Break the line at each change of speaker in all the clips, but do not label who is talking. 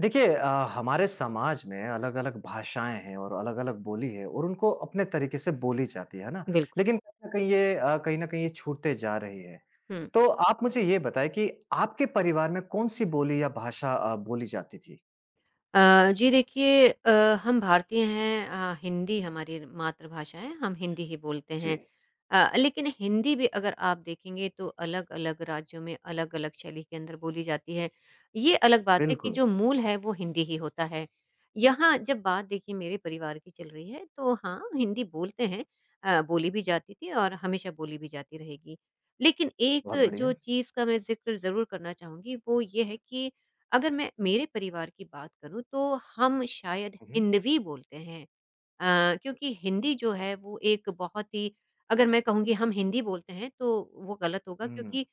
देखिए हमारे समाज में अलग-अलग भाषाएँ हैं और अलग-अलग बोली है और उनको अपने तरीके से बोली जाती है ना?
बिल्कुल।
लेकिन कहीं न कहीं ये कहीं न कहीं ये छूटते जा रही है।
हुँ।
तो आप मुझे ये बताएँ कि आपके परिवार में कौन-सी बोली या भाषा बोली जाती थी?
जी देखिए हम भारतीय हैं हिंदी हमारी मातृभाषा है, हम हिंदी ही बोलते हैं।
जी,
लेकिन हिंदी भी अगर आप देखेंगे तो अलग-अलग राज्यों में अलग-अलग शैली के अंदर बोली जाती है। ये अलग बात है कि
बिल्कुल।
जो मूल है वो हिंदी ही होता है। यहाँ जब बात देखिए मेरे परिवार की चल रही है तो हाँ, हिंदी बोलते हैं बोली भी जाती थी और हमेशा बोली भी जाती रहेगी। लेकिन एक
बहुत
जो
बढ़िया।
चीज़ का मैं ज़िक्र ज़रूर करना चाहूँगी वो ये है कि अगर मैं मेरे परिवार की बात करूँ तो हम शायद
हुँ, हुँ।
हिंदवी बोलते हैं। क्योंकि हिंदी जो है वो एक बहुत ही अगर मैं कहूँगी हम हिंदी बोलते हैं तो वो गलत होगा
हुँ।
क्योंकि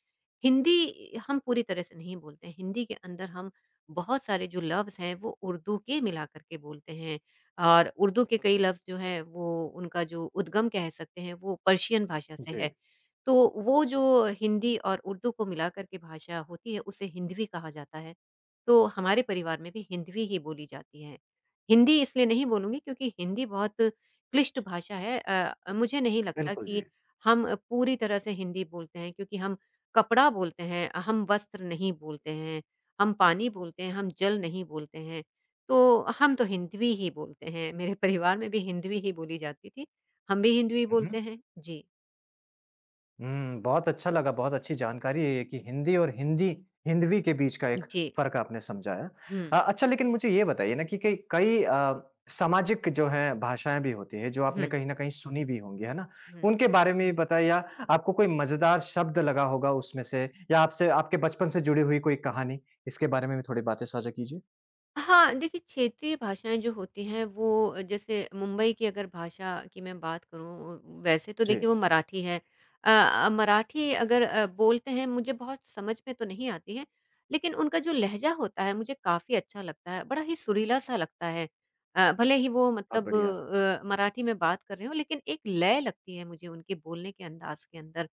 हिंदी हम पूरी तरह से नहीं बोलते हैं। हिंदी के अंदर हम बहुत सारे जो लफ्ज़ हैं वो उर्दू के मिला कर के बोलते हैं और उर्दू के कई लफ्ज़ जो हैं वो उनका जो उद्गम कह सकते हैं वो पर्शियन भाषा से
जी,
है। तो वो जो हिंदी और उर्दू को मिला कर के भाषा होती है उसे हिंदवी कहा जाता है। तो हमारे परिवार में भी हिंदवी ही बोली जाती है। हिंदी इसलिए नहीं बोलूँगी क्योंकि हिंदी बहुत क्लिष्ट भाषा है मुझे नहीं लगता
बिल्कुल
कि
जी।
हम पूरी तरह से हिंदी बोलते हैं क्योंकि हम कपड़ा बोलते हैं, हम वस्त्र नहीं बोलते हैं, हम पानी बोलते हैं, हम जल नहीं बोलते हैं। तो हम तो हिंदवी ही बोलते हैं, मेरे परिवार में भी हिंदवी ही बोली जाती थी। हम भी हिंदवी
हुँ,
बोलते
हुँ।
हैं। जी।
हुँ, बहुत अच्छा लगा, बहुत अच्छी जानकारी है ये कि हिंदी और हिंदी हिंदवी के बीच का एक
जी।
फ़र्क आपने समझाया।
हुँ।
अच्छा लेकिन मुझे ये बताइए ना कि कई कई सामाजिक जो हैं भाषाएँ भी होती हैं, जो आपने
हुँ,
कहीं न कहीं सुनी भी होंगी, है ना?
हुँ।
उनके बारे में भी बताइए या आपको कोई मज़ेदार शब्द लगा होगा उसमें से या आपसे आपके बचपन से जुड़ी हुई कोई कहानी, इसके बारे में भी थोड़ी बातें साझा कीजिए?
हाँ, देखिए क्षेत्रीय भाषाएँ जो होती हैं वो जैसे मुंबई की अगर भाषा की मैं बात करूँ वैसे तो
जी,
देखिए वो मराठी है। मराठी अगर बोलते हैं मुझे बहुत समझ में तो नहीं आती है, लेकिन उनका जो लहज़ा होता है मुझे काफ़ी अच्छा लगता है, बड़ा ही सुरीला-सा लगता है। भले ही वो
बहुत
मतलब
बढ़िया।
मराठी में बात कर रहे हों लेकिन एक लय लगती है मुझे उनके बोलने के अंदाज़ के अंदर।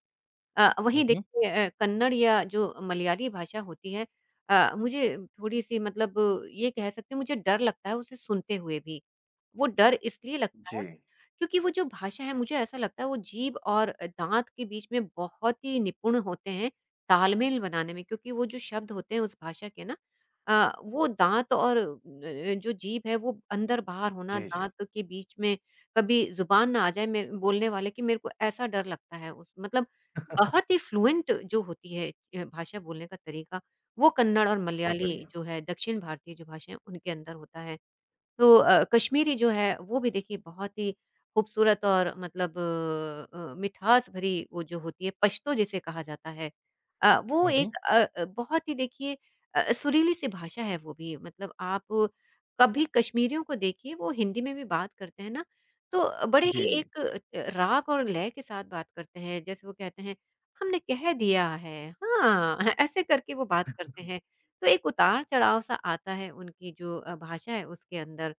वहीं
हुँ, हुँ।
देखिए कन्नड़ या जो मलयाली भाषा होती है मुझे थोड़ी-सी मतलब ये कह सकते हैं मुझे डर लगता है उसे सुनते हुए भी। वो डर इसलिए लगता
जी,
है क्योंकि वो जो भाषा है मुझे ऐसा लगता है वो जीभ और दाँत के बीच में बहुत ही निपुण होते हैं, तालमेल बनाने में क्योंकि वो जो शब्द होते हैं उस भाषा के ना वो दाँत और जो जीभ है वो अंदर-बाहर होना,
जी, जी,
दाँत के बीच में कभी ज़ुबान ना आ जाए मेर बोलने वाले की मेरे को ऐसा डर लगता है उस मतलब बहुत ही फ्लुएंट जो होती है भाषा बोलने का तरीका, वो कन्नड़ और
बहुत
मलयाली
बढ़िया।
जो है दक्षिण भारतीय जो भाषा है उनके अंदर होता है। तो कश्मीरी जो है वो भी देखिए बहुत ही खूबसूरत और मतलब मिठास भरी वो जो होती है पश्तो जिसे कहा जाता है वो
हुँ,
एक
हुँ।
बहुत ही देखिए सुरीली सी भाषा है वो भी मतलब आप कभी कश्मीरियों को देखिए वो हिंदी में भी बात करते हैं ना तो बड़े ही
जी, जी,
एक राग और लय के साथ बात करते हैं जैसे वो कहते हैं हमने कह दिया है हाँ ऐसे करके वो बात करते हैं तो एक उतार-चढ़ाव सा आता है उनकी जो भाषा है उसके अंदर।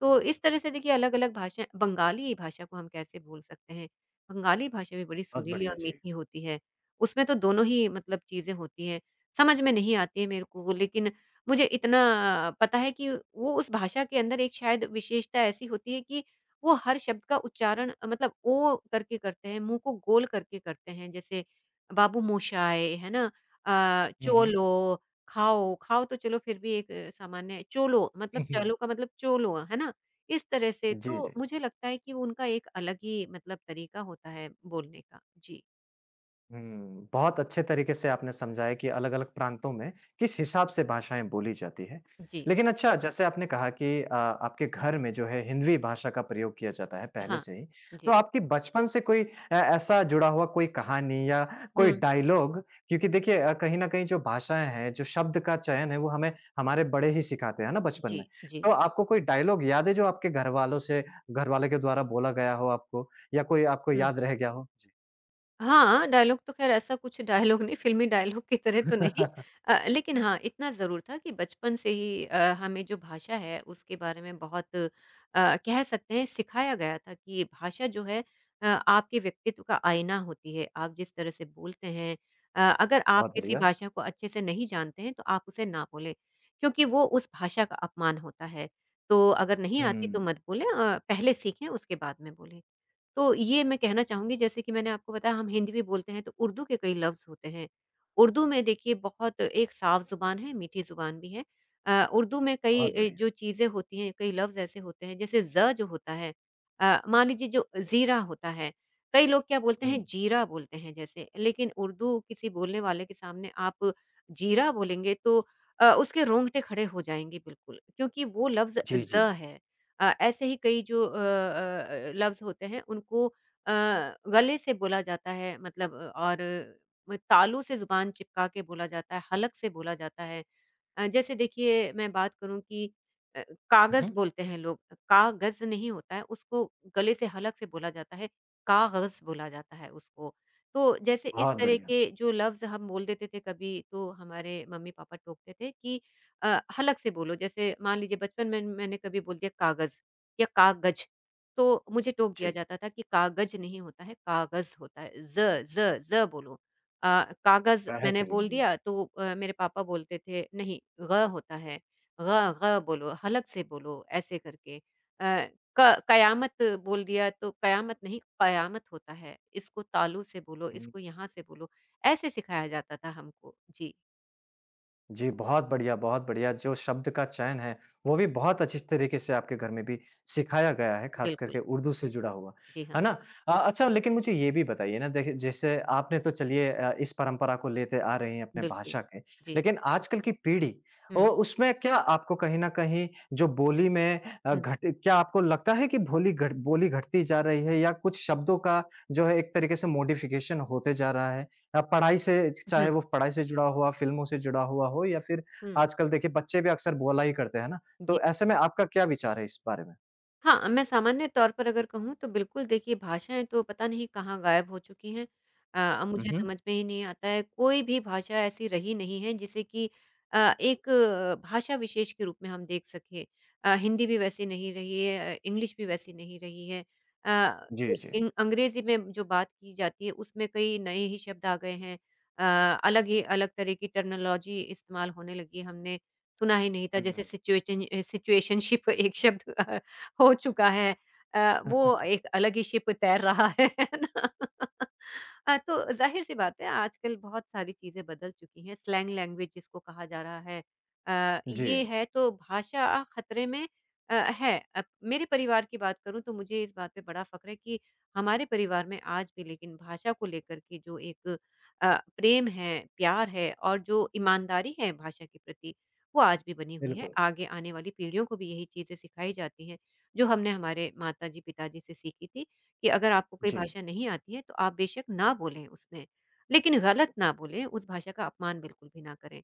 तो इस तरह से देखिए अलग-अलग भाषा बंगाली भाषा को हम कैसे भूल सकते हैं। बंगाली भाषा भी बड़ी
बहुत
सुरीली और
बढ़िया, जी।
मीठी होती है। उसमें तो दोनों ही मतलब चीज़ें होती हैं। समझ में नहीं आती है मेरे को वो, लेकिन मुझे इतना पता है कि वो उस भाषा के अंदर एक शायद विशेषता ऐसी होती है कि वो हर शब्द का उच्चारण मतलब ओ करके करते हैं, मुँह को गोल करके करते हैं। जैसे बाबू मोशाय है ना?
हुँ, हुँ।
चोलो खाओ, खाओ तो चलो फिर भी एक सामान्य है, चोलो मतलब
हुँ, हुँ।
चलो का मतलब चोलो, है ना? इस तरह से
जी,
तो
जी।
मुझे लगता है कि वो उनका एक अलग ही मतलब तरीका होता है बोलने का। जी।
हुँ, बहुत अच्छे तरीके से आपने समझाया कि अलग-अलग प्रांतों में किस हिसाब से भाषाएँ बोली जाती हैं।
जी।
लेकिन अच्छा जैसे आपने कहा कि आपके घर में जो है हिंदी भाषा का प्रयोग किया जाता है पहले
हाँ।
से ही। तो
जी।
आपकी बचपन से कोई ऐसा जुड़ा हुआ कोई कहानी या कोई
हुँ।
डायलॉग क्योंकि देखिए कहीं न कहीं जो भाषाएँ हैं, जो शब्द का चयन है वो हमें हमारे बड़े ही सिखाते हैं ना बचपन
जी,
में। तो
जी।
आपको कोई डायलॉग याद है जो आपके घरवालों से घरवालों के द्वारा बोला गया हो आपको या कोई आपको
हुँ।
याद रह गया हो? जी।
हाँ, डायलॉग तो ख़ैर ऐसा कुछ डायलॉग नहीं, फ़िल्मी डायलॉग की तरह तो नहीं लेकिन हाँ, इतना ज़रूर था कि बचपन से ही हमें जो भाषा है उसके बारे में बहुत कह सकते हैं सिखाया गया था कि ये भाषा जो है आपके व्यक्तित्व का आईना होती है। आप जिस तरह से बोलते हैं अगर आप
बहुत
किसी
बढ़िया।
भाषा को अच्छे से नहीं जानते हैं तो आप उसे ना बोलें, क्योंकि वो उस भाषा का अपमान होता है। तो अगर नहीं आती तो
हुँ,
मत बोलें पहले सीखें उसके बाद में बोलें। तो ये मैं कहना चाहूँगी जैसे कि मैंने आपको बताया हम हिंदी भी बोलते हैं तो उर्दू के कई लफ्ज़ होते हैं। उर्दू में देखिए बहुत एक साफ़ ज़ुबान है, मीठी ज़ुबान भी है। उर्दू में कई
बहुत बढ़िया।
जो चीज़ें होती हैं, कई लफ्ज़ ऐसे होते हैं जैसे ज़ जो होता है मान लीजिए जो ज़ीरा होता है, कई लोग क्या बोलते
हुँ।
हैं जीरा बोलते हैं जैसे, लेकिन उर्दू किसी बोलने वाले के सामने आप जीरा बोलेंगे तो उसके रोंगटे खड़े हो जाएँगे बिल्कुल, क्योंकि वो लफ्ज़
जी, जी।
ज़ है। ऐसे ही कई जो लफ्ज़ होते हैं उनको गले से बोला जाता है मतलब और म तालू से ज़ुबान चिपका के बोला जाता है, हलक से बोला जाता है। जैसे देखिए मैं बात करूँ कि अ,
हुँ,
कागज़
हुँ।
बोलते हैं लोग, कागज़ नहीं होता है, उसको गले से हलक से बोला जाता है, काग़ज़ बोला जाता है उसको। तो जैसे इस
बहुत
तरह
बढ़िया।
के जो लफ्ज़ हम बोल देते थे कभी तो हमारे मम्मी-पापा टोकते थे कि हलक से बोलो जैसे मान लीजिए बचपन में मैंने कभी बोल दिया कागज़ या कागज, तो मुझे टोक दिया
जी,
जाता था कि कागज नहीं होता है, कागज़ होता है, ज़ ज़ ज़ बोलो। कागज़ मैंने
बेहतरीन,
बोल
जी।
दिया तो मेरे पापा बोलते थे नहीं ग होता है, ग ग बोलो, हलक से बोलो ऐसे करके। क कयामत बोल दिया तो कयामत नहीं क़यामत होता है, इसको तालू से बोलो,
हुँ,
इसको यहाँ से बोलो, ऐसे सिखाया जाता था हमको। जी,
जी, बहुत बढ़िया, बहुत बढ़िया। जो शब्द का चयन है, वो भी बहुत अच्छी तरीके से आपके घर में भी सिखाया गया है, ख़ास
बिल्कुल।
करके उर्दू से जुड़ा हुआ।
जी हाँ,
है ना? अच्छा लेकिन मुझे ये भी बताइए ना देखिए जैसे आपने तो चलिए इस परंपरा को लेते आ रहे हैं अपने
बिल्कुल।
भाषा के,
जी।
लेकिन आजकल की पीढ़ी ओ
हुँ,
उसमें क्या आपको कहीं न कहीं जो बोली में अ,
हुँ,
घट क्या आपको लगता है कि भोली घट बोली घटती जा रही है या कुछ शब्दों का जो है एक तरीके से मॉडिफ़िकेशन होते जा रहा है? अ, पढ़ाई से
हुँ,
चाहे वो पढ़ाई से जुड़ा हुआ, फ़िल्मों से जुड़ा हुआ हो या फिर
हुँ।
आजकल देखिए बच्चे भी अक्सर बोला ही करते हैं ना, तो
जी।
ऐसे में आपका क्या विचार है इस बारे में?
हाँ, मैं सामान्य तौर पर अगर कहूँ तो बिल्कुल देखिए भाषाएँ तो पता नहीं कहाँ गायब हो चुकी हैं।
हुँ,
मुझे
हुँ।
समझ में ही नहीं आता है, कोई भी भाषा ऐसी रही नहीं है जिसे कि एक भाषा विशेष के रूप में हम देख सकें। हिंदी भी वैसी नहीं रही है, इंग्लिश भी वैसी नहीं रही है। अ,
जी,
इ
जी।
इंग अंग्रेज़ी में जो बात की जाती है उसमें कई नए ही शब्द आ गए हैं। अलग ही अलग तरह की टर्मिनोलॉजी इस्तेमाल होने लगी है, हमने सुना ही नहीं था जैसे
हुँ।
सिचुएशनशिप एक शब्द हो चुका है। वो
अ,
एक अलग ही शिप तैर रहा है, है ना? तो ज़ाहिर-सी बात है आजकल बहुत सारी चीज़ें बदल चुकी हैं, स्लैंग लैंग्वेज जिसको कहा जा रहा है।
जी,
ये है तो भाषा खतरे में अ, है। मेरे परिवार की बात करूँ तो मुझे इस बात पे बड़ा फ़क्र है कि हमारे परिवार में आज भी लेकिन भाषा को लेकर के जो एक प्रेम है, प्यार है और जो ईमानदारी है भाषा के प्रति, वो आज भी बनी हुई है।
बिल्कुल।
आगे आने वाली पीढ़ियों को भी यही चीज़ें सिखाई जाती हैं। जो हमने हमारे माताजी, पिताजी से सीखी थी कि अगर आपको कोई
जी,
भाषा नहीं आती है तो आप बेशक ना बोलें उसमें, लेकिन गलत ना बोलें, उस भाषा का अपमान बिल्कुल भी ना करें।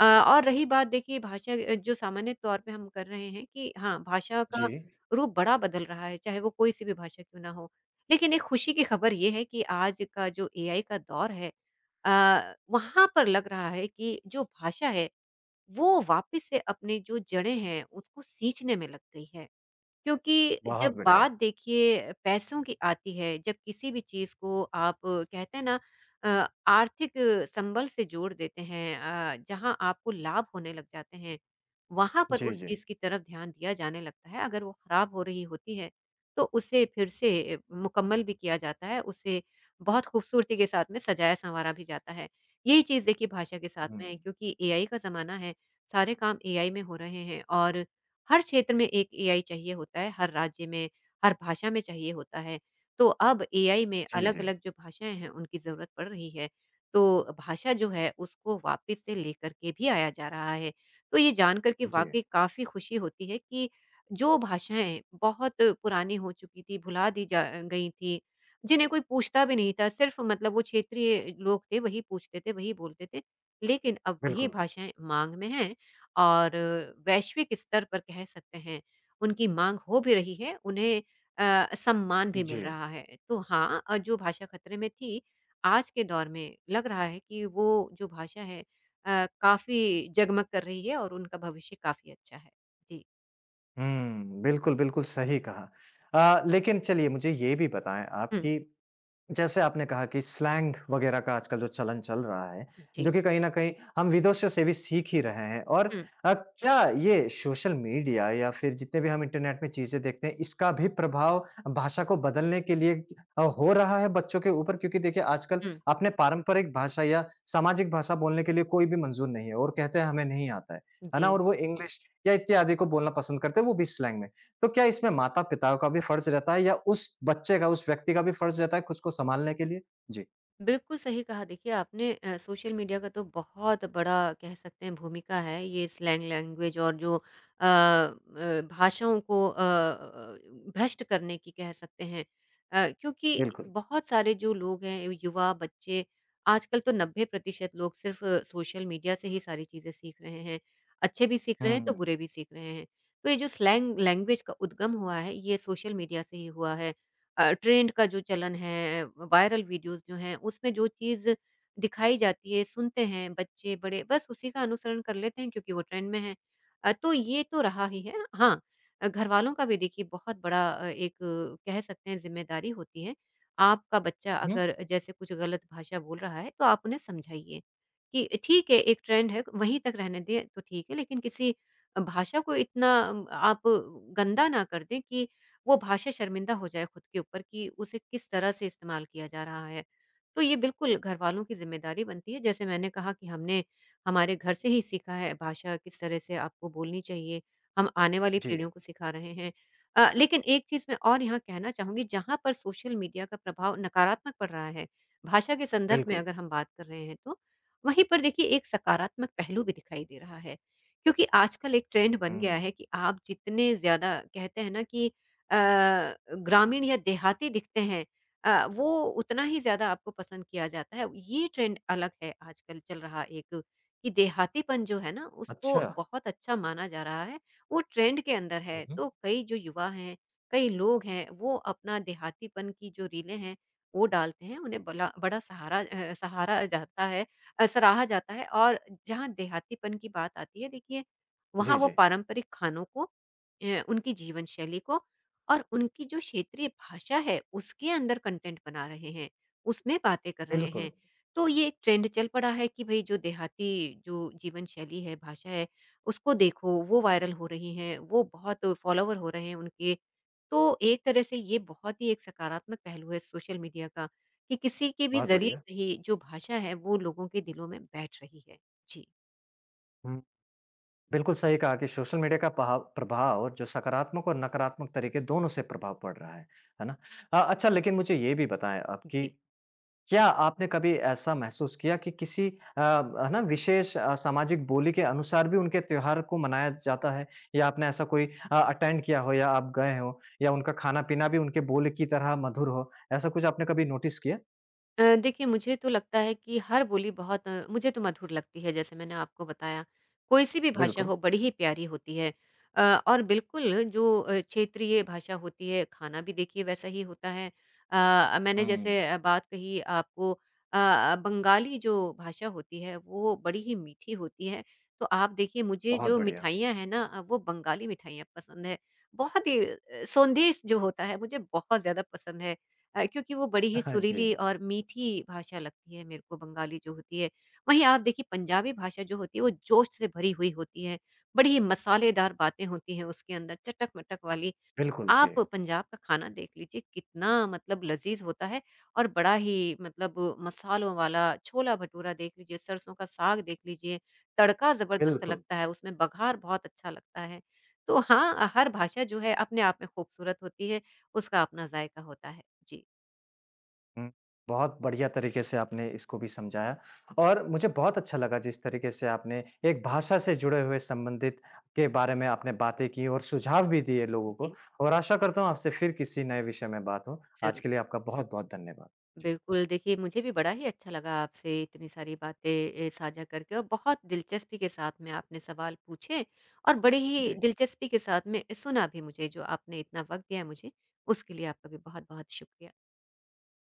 और रही बात देखिए भाषा जो सामान्य तौर पे हम कर रहे हैं कि हाँ, भाषा
जी,
का रूप बड़ा बदल रहा है, चाहे वो कोई-सी भी भाषा क्यों ना हो। लेकिन एक खुशी की खबर ये है कि आज का जो एआई का दौर है वहाँ पर लग रहा है कि जो भाषा है, वो वापस से अपनी जो जड़ें हैं, उसको सींचने में लग गई है। क्योंकि
बहुत
जब
बढ़िया।
बात देखिए पैसों की आती है, जब किसी भी चीज़ को आप कहते हैं ना आर्थिक संबल से जोड़ देते हैं जहाँ आपको लाभ होने लग जाते हैं, वहाँ पर
जी,
उस
जी।
चीज़ की तरफ ध्यान दिया जाने लगता है। अगर वो खराब हो रही होती है, तो उसे फिर से मुकम्मल भी किया जाता है, उसे बहुत खूबसूरती के साथ में सजाया-सँवारा भी जाता है। यही चीज़ देखिए भाषा के साथ
हुँ।
में है क्योंकि एआई का ज़माना है, सारे काम एआई में हो रहे हैं और हर क्षेत्र में एक एआई चाहिए होता है, हर राज्य में, हर भाषा में चाहिए होता है। तो अब एआई में
जी, जी।
अलग-अलग जो भाषाएँ हैं, उनकी ज़रूरत पड़ रही है। तो भाषा जो है, उसको वापस से लेकर के भी आया जा रहा है। तो ये जानकर के
जी,
वाक़ई काफ़ी खुशी होती है कि जो भाषाएँ बहुत पुरानी हो चुकी थी, भुला दी जा गई थी, जिन्हें कोई पूछता भी नहीं था, सिर्फ़ मतलब वो क्षेत्रीय लोग थे, वही पूछते थे, वही बोलते थे। लेकिन अब वही
बिल्कुल।
भाषाएँ माँग में हैं और वैश्विक स्तर पर कह सकते हैं उनकी माँग हो भी रही है, उन्हें सम्मान भी मिल
जी।
रहा है। तो हाँ, जो भाषा खतरे में थी, आज के दौर में लग रहा है कि वो जो भाषा है काफ़ी जगमग कर रही है और उनका भविष्य काफ़ी अच्छा है। जी।
हुँ, बिल्कुल, बिल्कुल सही कहा। लेकिन चलिए मुझे ये भी बताएँ आप
हुँ।
कि जैसे आपने कहा कि स्लैंग वगैरह का आजकल जो चलन चल रहा है,
जी।
जो कि कहीं न कहीं हम विदेशियों से भी सीख ही रहे हैं और
हुँ,
क्या ये सोशल मीडिया या फिर जितने भी हम इंटरनेट में चीज़ें देखते हैं, इसका भी प्रभाव भाषा को बदलने के लिए हो रहा है बच्चों के ऊपर? क्योंकि देखिए आजकल
हुँ।
अपने पारंपरिक भाषा या सामाजिक भाषा बोलने के लिए कोई भी मंज़ूर नहीं है और कहते हैं हमें नहीं आता है ना?
जी।
और वो इंग्लिश या इत्यादि को बोलना पसंद करते हैं, वो भी स्लैंग में। तो क्या इसमें माता-पिता का भी फर्ज रहता है या उस बच्चे का, उस व्यक्ति का भी फर्ज रहता है खुद को सँभालने के लिए? जी,
बिल्कुल सही कहा देखिए आपने, सोशल मीडिया का तो बहुत बड़ा कह सकते हैं भूमिका है, ये स्लैंग लैंग्वेज और जो भाषाओं को भ्रष्ट करने की कह सकते हैं। क्योंकि
बिल्कुल।
बहुत सारे जो लोग हैं युवा बच्चे, आजकल तो 90% लोग सिर्फ सोशल मीडिया से ही सारी चीज़ें सीख रहे हैं, अच्छे भी सीख रहे हैं तो
हुँ,
बुरे भी सीख रहे हैं। तो ये जो स्लैंग लैंग्वेज का उद्गम हुआ है, ये सोशल मीडिया से ही हुआ है। ट्रेंड का जो चलन है, वायरल वीडियोज़ जो हैं, उसमें जो चीज़ दिखाई जाती है, सुनते हैं बच्चे, बड़े, बस उसी का अनुसरण कर लेते हैं क्योंकि वो ट्रेंड में है। तो ये तो रहा ही है। हाँ, घरवालों का भी देखिए बहुत बड़ा एक कह सकते हैं ज़िम्मेदारी होती है। आपका बच्चा
हुँ।
अगर जैसे कुछ गलत भाषा बोल रहा है, तो आप उन्हें समझाइए कि ठीक है, एक ट्रेंड है, वहीं तक रहने दें तो ठीक है, लेकिन किसी भाषा को इतना आप गंदा ना कर दें कि वो भाषा शर्मिंदा हो जाए खुद के ऊपर कि उसे किस तरह से इस्तेमाल किया जा रहा है। तो ये बिल्कुल घर वालों की ज़िम्मेदारी बनती है, जैसे मैंने कहा कि हमने हमारे घर से ही सीखा है भाषा किस तरह से आपको बोलनी चाहिए, हम आने वाली
जी,
पीढ़ियों को सिखा रहे हैं। लेकिन एक चीज़ मैं और यहाँ कहना चाहूँगी, जहाँ पर सोशल मीडिया का प्रभाव नकारात्मक पड़ रहा है, भाषा के संदर्भ में
बिल्कुल।
अगर हम बात कर रहे हैं तो, वहीं पर देखिए एक सकारात्मक पहलू भी दिखाई दे रहा है। क्योंकि आजकल एक ट्रेंड बन गया
हुँ,
है कि आप जितने ज़्यादा कहते हैं ना कि अ, ग्रामीण या देहाती दिखते हैं, वो उतना ही ज़्यादा आपको पसंद किया जाता है। ये ट्रेंड अलग है आजकल चल रहा एक कि देहातीपन जो है ना
अच्छा।
उसको बहुत अच्छा माना जा रहा है, वो ट्रेंड के अंदर
हुँ,
है।
हुँ।
तो कई जो युवा हैं, कई लोग हैं वो अपना देहातीपन की जो रीलें हैं वो डालते हैं। उन्हें बला बड़ा सहारा अ, सहारा जाता है अ, सराहा जाता है। और जहाँ देहातीपन की बात आती है देखिए, वहाँ
जी,
वो
जी,
पारंपरिक खानों को, उनकी जीवन शैली को और उनकी जो क्षेत्रीय भाषा है उसके अंदर कंटेंट बना रहे हैं, उसमें बातें कर रहे हैं।
बिल्कुल,
तो ये एक ट्रेंड चल पड़ा है कि भई जो देहाती जो जीवन शैली है, भाषा है, उसको देखो, वो वायरल हो रही है, वो बहुत फॉलोवर हो रहे हैं उनके। तो एक तरह से ये बहुत ही एक सकारात्मक पहलू है सोशल मीडिया का कि किसी के भी
बहुत
ज़रिए
बढ़िया।
से ही जो भाषा है वो लोगों के दिलों में बैठ रही है। जी,
हुँ, बिल्कुल सही कहा कि सोशल मीडिया का पहा प्रभाव जो सकारात्मक और नकारात्मक तरीके दोनों से प्रभाव पड़ रहा है ना? अच्छा लेकिन मुझे ये भी बताएँ आप कि
जी।
क्या आपने कभी ऐसा महसूस किया कि किसी है ना विशेष सामाजिक बोली के अनुसार भी उनके त्योहार को मनाया जाता है या आपने ऐसा कोई अटेंड किया हो या आप गए हो या उनका खाना पीना भी उनके बोली की तरह मधुर हो ऐसा कुछ आपने कभी नोटिस किया?
देखिए मुझे तो लगता है कि हर बोली बहुत, मुझे तो मधुर लगती है, जैसे मैंने आपको बताया। कोई सी भी भाषा
बिल्कुल।
हो बड़ी ही प्यारी होती है। अ, और बिल्कुल जो क्षेत्रीय भाषा होती है खाना भी देखिए वैसा ही होता है। मैंने
हुँ,
जैसे बात कही आपको बंगाली जो भाषा होती है वो बड़ी ही मीठी होती है। तो आप देखिए मुझे
बहुत
जो
बढ़िया।
मिठाइयाँ हैं ना, वो बंगाली मिठाइयाँ पसंद है। बहुत ही सौंदेश जो होता है मुझे बहुत ज़्यादा पसंद है। क्योंकि वो बड़ी ही
जी,
सुरीली और मीठी भाषा लगती है मेरे को बंगाली जो होती है। वहीं आप देखिए पंजाबी भाषा जो होती है वो जोश से भरी हुई होती है, बड़ी ही मसालेदार बातें होती हैं उसके अंदर चटक-मटक वाली।
बिल्कुल जी,
आप पंजाब का खाना देख लीजिए कितना मतलब लज़ीज़ होता है और बड़ा ही मतलब मसालों वाला छोला-भटूरा देख लीजिए, सरसों का साग देख लीजिए, तड़का ज़बरदस्त
बिल्कुल।
लगता है उसमें, बघार बहुत अच्छा लगता है। तो हाँ, हर भाषा जो है अपने आप में खूबसूरत होती है, उसका अपना ज़ायका होता है। जी।
हुँ। बहुत बढ़िया तरीके से आपने इसको भी समझाया और मुझे बहुत अच्छा लगा जिस तरीके से आपने एक भाषा से जुड़े हुए संबंधित के बारे में आपने बातें की और सुझाव भी दिए लोगों को
जी,
और आशा करता हूँ आपसे फिर किसी नए विषय में बात हो। आज
ज़रूर।
के लिए आपका बहुत-बहुत धन्यवाद। जी।
बिल्कुल, देखिए मुझे भी बड़ा ही अच्छा लगा आपसे इतनी सारी बातें साझा करके और बहुत दिलचस्पी के साथ में आपने सवाल पूछे और बड़ी ही
जी।
दिलचस्पी के साथ में सुना भी मुझे, जो आपने इतना वक़्त दिया मुझे, उसके लिए आपका भी बहुत-बहुत शुक्रिया।